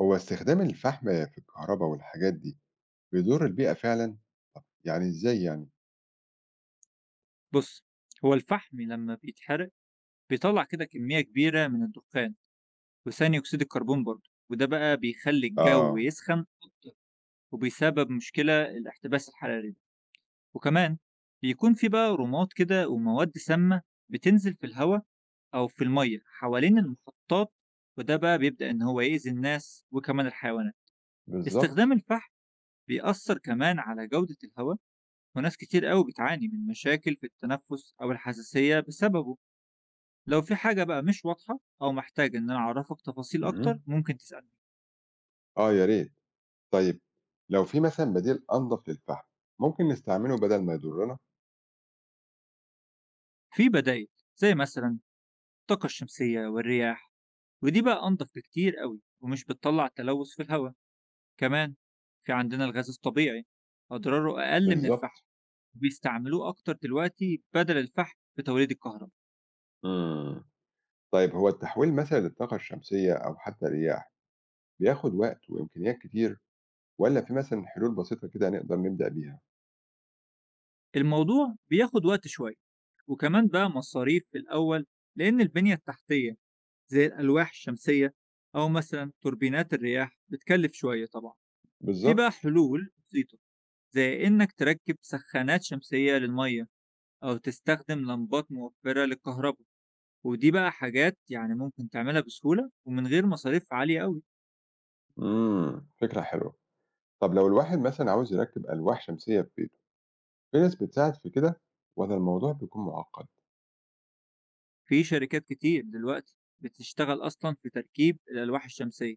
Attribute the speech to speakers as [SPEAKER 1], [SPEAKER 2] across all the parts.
[SPEAKER 1] هو استخدام الفحم في الكهرباء والحاجات دي بيضر البيئة فعلا؟ طب يعني ازاي يعني؟
[SPEAKER 2] بص، هو الفحم لما بيتحرق بيطلع كده كمية كبيرة من الدخان وثاني أكسيد الكربون برضه، وده بقى بيخلي الجو
[SPEAKER 1] اه.
[SPEAKER 2] يسخن وبيسبب مشكلة الاحتباس الحراري ده. وكمان بيكون في بقى رماد كده ومواد سامة بتنزل في الهواء أو في المية حوالين المحطات، وده بقى بيبدأ إن هو يأذي الناس وكمان الحيوانات.
[SPEAKER 1] بالظبط.
[SPEAKER 2] استخدام الفحم بيأثر كمان على جودة الهواء، وناس كتير قوي بتعاني من مشاكل في التنفس أو الحساسية بسببه. لو في حاجة بقى مش واضحة أو محتاج إن أنا أعرفك تفاصيل أكتر،
[SPEAKER 1] مهم.
[SPEAKER 2] ممكن تسألني.
[SPEAKER 1] اه يا ريت. طيب، لو في مثلا بديل انضف للفحم، ممكن نستعمله بدل ما يضرنا؟
[SPEAKER 2] في بدايل، زي مثلا الطاقة الشمسية والرياح، ودي بقى أنضف بكتير قوي ومش بتطلع تلوث في الهواء. كمان في عندنا الغاز الطبيعي، أضراره أقل من الفحم،
[SPEAKER 1] بالظبط.
[SPEAKER 2] وبيستعملوه أكتر دلوقتي بدل الفحم في توليد الكهرباء.
[SPEAKER 1] مم. طيب، هو التحويل مثلا للطاقة الشمسية او حتى الرياح بياخد وقت وامكانيات كتير، ولا في مثلا حلول بسيطة كده نقدر نبدأ بيها؟
[SPEAKER 2] الموضوع بياخد وقت شوية، وكمان بقى مصاريف في الأول، لأن البنية التحتية زي الألواح الشمسية أو مثلا توربينات الرياح بتكلف شوية طبعا. في بقى
[SPEAKER 1] بالظبط.
[SPEAKER 2] حلول بسيطة، زي إنك تركب سخانات شمسية للمية أو تستخدم لمبات موفرة للكهرباء، ودي بقى حاجات يعني ممكن تعملها بسهولة ومن غير مصاريف عالية أوي.
[SPEAKER 1] مم. فكرة حلوة. طب لو الواحد مثلا عاوز يركب ألواح شمسية في بيته، في ناس بتساعد في كده ولا الموضوع بيكون معقد؟
[SPEAKER 2] في شركات كتير دلوقتي بتشتغل أصلا في تركيب الألواح الشمسية،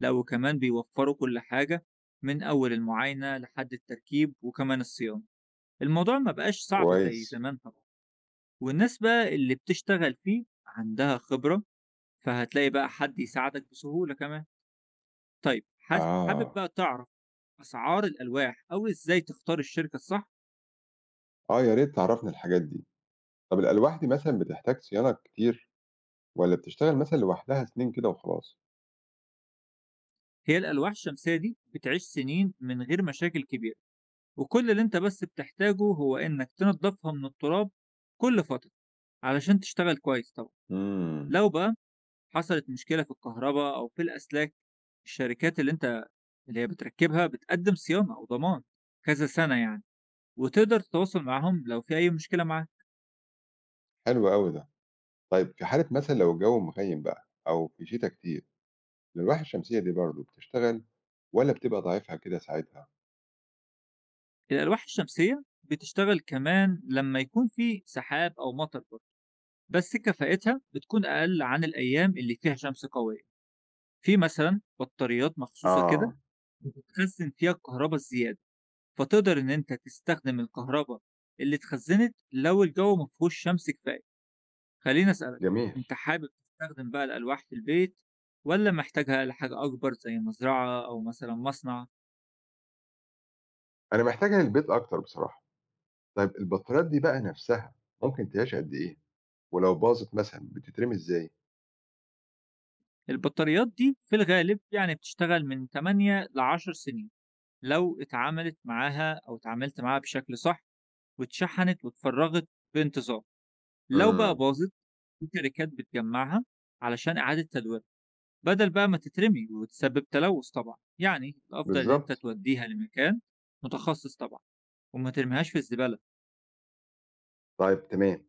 [SPEAKER 2] لا وكمان بيوفروا كل حاجة، من أول المعاينة لحد التركيب وكمان الصيانة. الموضوع ما بقاش صعب زي
[SPEAKER 1] كويس.
[SPEAKER 2] زمان طبعا، والناس بقى اللي بتشتغل فيه عندها خبرة، فهتلاقي بقى حد يساعدك بسهولة كمان. طيب حابب
[SPEAKER 1] آه.
[SPEAKER 2] بقى تعرف أسعار الألواح أو إزاي تختار الشركة الصح.
[SPEAKER 1] آه يا ريت تعرفني الحاجات دي. طب الألواح دي مثلا بتحتاج صيانة كتير، ولا بتشتغل مثلا لوحدها سنين كده وخلاص؟
[SPEAKER 2] هي الألواح الشمسية دي بتعيش سنين من غير مشاكل كبيرة، وكل اللي أنت بس بتحتاجه هو إنك تنضفها من التراب كل فترة علشان تشتغل كويس طبعا.
[SPEAKER 1] امم.
[SPEAKER 2] لو بقى حصلت مشكلة في الكهرباء أو في الأسلاك، الشركات اللي هي بتركبها بتقدم صيانة أو ضمان كذا سنة يعني، وتقدر تتواصل معاهم لو في أي مشكلة معاك.
[SPEAKER 1] حلو قوي ده. طيب، في حالة مثلا لو الجو مغيم بقى أو في شتاء كتير، الألواح الشمسية دي برضه بتشتغل ولا بتبقى ضعيفها كده ساعتها؟
[SPEAKER 2] الألواح الشمسية بتشتغل كمان لما يكون في سحاب أو مطر برضه، بس كفاءتها بتكون أقل عن الأيام اللي فيها شمس قوية. في مثلا بطاريات مخصوصة كده
[SPEAKER 1] آه.
[SPEAKER 2] بتخزن فيها الكهرباء الزيادة، فتقدر إن أنت تستخدم الكهرباء اللي اتخزنت لو الجو مفهوش شمس كفاية. خليني أسألك،
[SPEAKER 1] جميل.
[SPEAKER 2] أنت حابب تستخدم بقى الألواح في البيت ولا محتاجها لحاجة أكبر زي مزرعة أو مثلا مصنع؟
[SPEAKER 1] أنا محتاجها للبيت أكتر بصراحة. طيب البطاريات دي بقى نفسها ممكن تعيش قد إيه؟ ولو باظت مثلا بتترمي إزاي؟
[SPEAKER 2] البطاريات دي في الغالب يعني بتشتغل من 8 ل 10 سنين لو اتعاملت معاها بشكل صح واتشحنت واتفرّغت بانتظام. لو بقى
[SPEAKER 1] مم.
[SPEAKER 2] باظت، في شركات بتجمّعها علشان إعادة تدويرها، بدل بقى ما تترمي وتسبب تلوث طبعًا. يعني الأفضل إن أنت
[SPEAKER 1] بالضبط.
[SPEAKER 2] تودّيها لمكان متخصص طبعًا وما ترميهاش في الزبالة.
[SPEAKER 1] طيب تمام.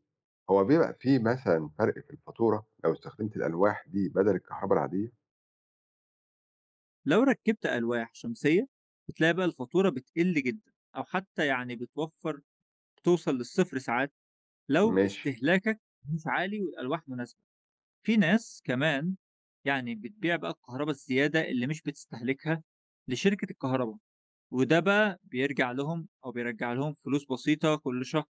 [SPEAKER 1] هو بيبقى في مثلًا فرق في الفاتورة لو استخدمت الألواح دي بدل الكهربا العادية؟
[SPEAKER 2] لو ركّبت ألواح شمسية، بتلاقي بقى الفاتورة بتقِل جدًا، أو حتى يعني بتوفّر، توصل للصفر ساعات لو
[SPEAKER 1] ماشي.
[SPEAKER 2] استهلاكك مش عالي والألواح مناسبة. في ناس كمان يعني بتبيع بقى الكهربا الزيادة اللي مش بتستهلكها لشركة الكهربا، وده بقى بيرجع لهم أو بيرجّع لهم فلوس بسيطة كل شهر.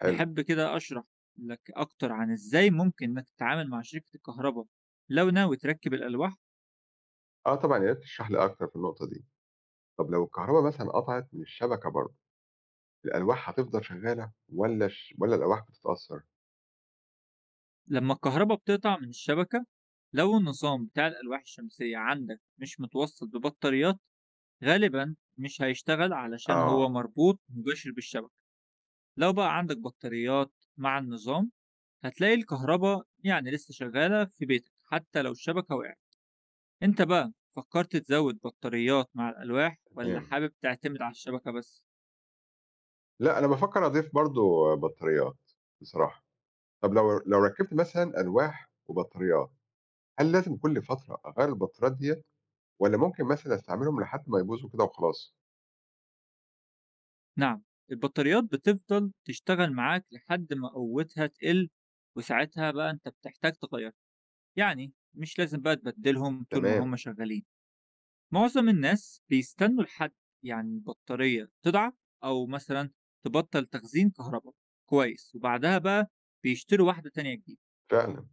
[SPEAKER 1] حلو.
[SPEAKER 2] نحب كده أشرح لك أكتر عن إزاي ممكن إنك تتعامل مع شركة الكهربا لو ناوي تركّب الألواح.
[SPEAKER 1] آه طبعًا، يا ريت تشرح لي أكتر في النقطة دي. طب لو الكهربا مثلًا قطعت من الشبكة برضه، الألواح هتفضل شغالة والّا والّا الألواح بتتأثر؟
[SPEAKER 2] لمّا الكهربا بتقطع من الشبكة، لو النظام بتاع الألواح الشمسية عندك مش متوصّل ببطاريات، غالبًا مش هيشتغل علشان هو
[SPEAKER 1] آه.
[SPEAKER 2] مربوط مباشر بالشبكة. لو بقى عندك بطاريات مع النظام، هتلاقي الكهربا يعني لسه شغّالة في بيتك حتى لو الشبكة وقعت. أنت بقى فكرت تزود بطاريات مع الألواح ولا
[SPEAKER 1] تمام.
[SPEAKER 2] حابب تعتمد على الشبكة بس؟
[SPEAKER 1] لأ، أنا بافكّر أضيف برضه بطاريات بصراحة. طب لو ركّبت مثلًا ألواح وبطاريات، هل لازم كل فترة أغيّر البطاريات ديّة والّا ممكن مثلًا أستعملهم لحد ما يبوظوا كده وخلاص؟
[SPEAKER 2] نعم، البطاريات بتفضل تشتغل معاك لحد ما قوتها تقل، وساعتها بقى أنت بتحتاج تغير، يعني مش لازم بقى تبدلهم طول ما هم
[SPEAKER 1] تمام.
[SPEAKER 2] شغالين. معظم الناس بيستنوا لحد يعني البطارية تضعف أو مثلا تبطل تخزين كهرباء كويس، وبعدها بقى بيشتروا واحدة تانية جديدة.
[SPEAKER 1] فعلًا.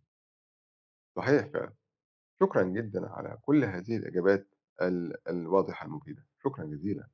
[SPEAKER 1] صحيح فعلًا. شكرًا جدًا على كل هذه الإجابات الواضحة المفيدة. شكرًا جزيلًا.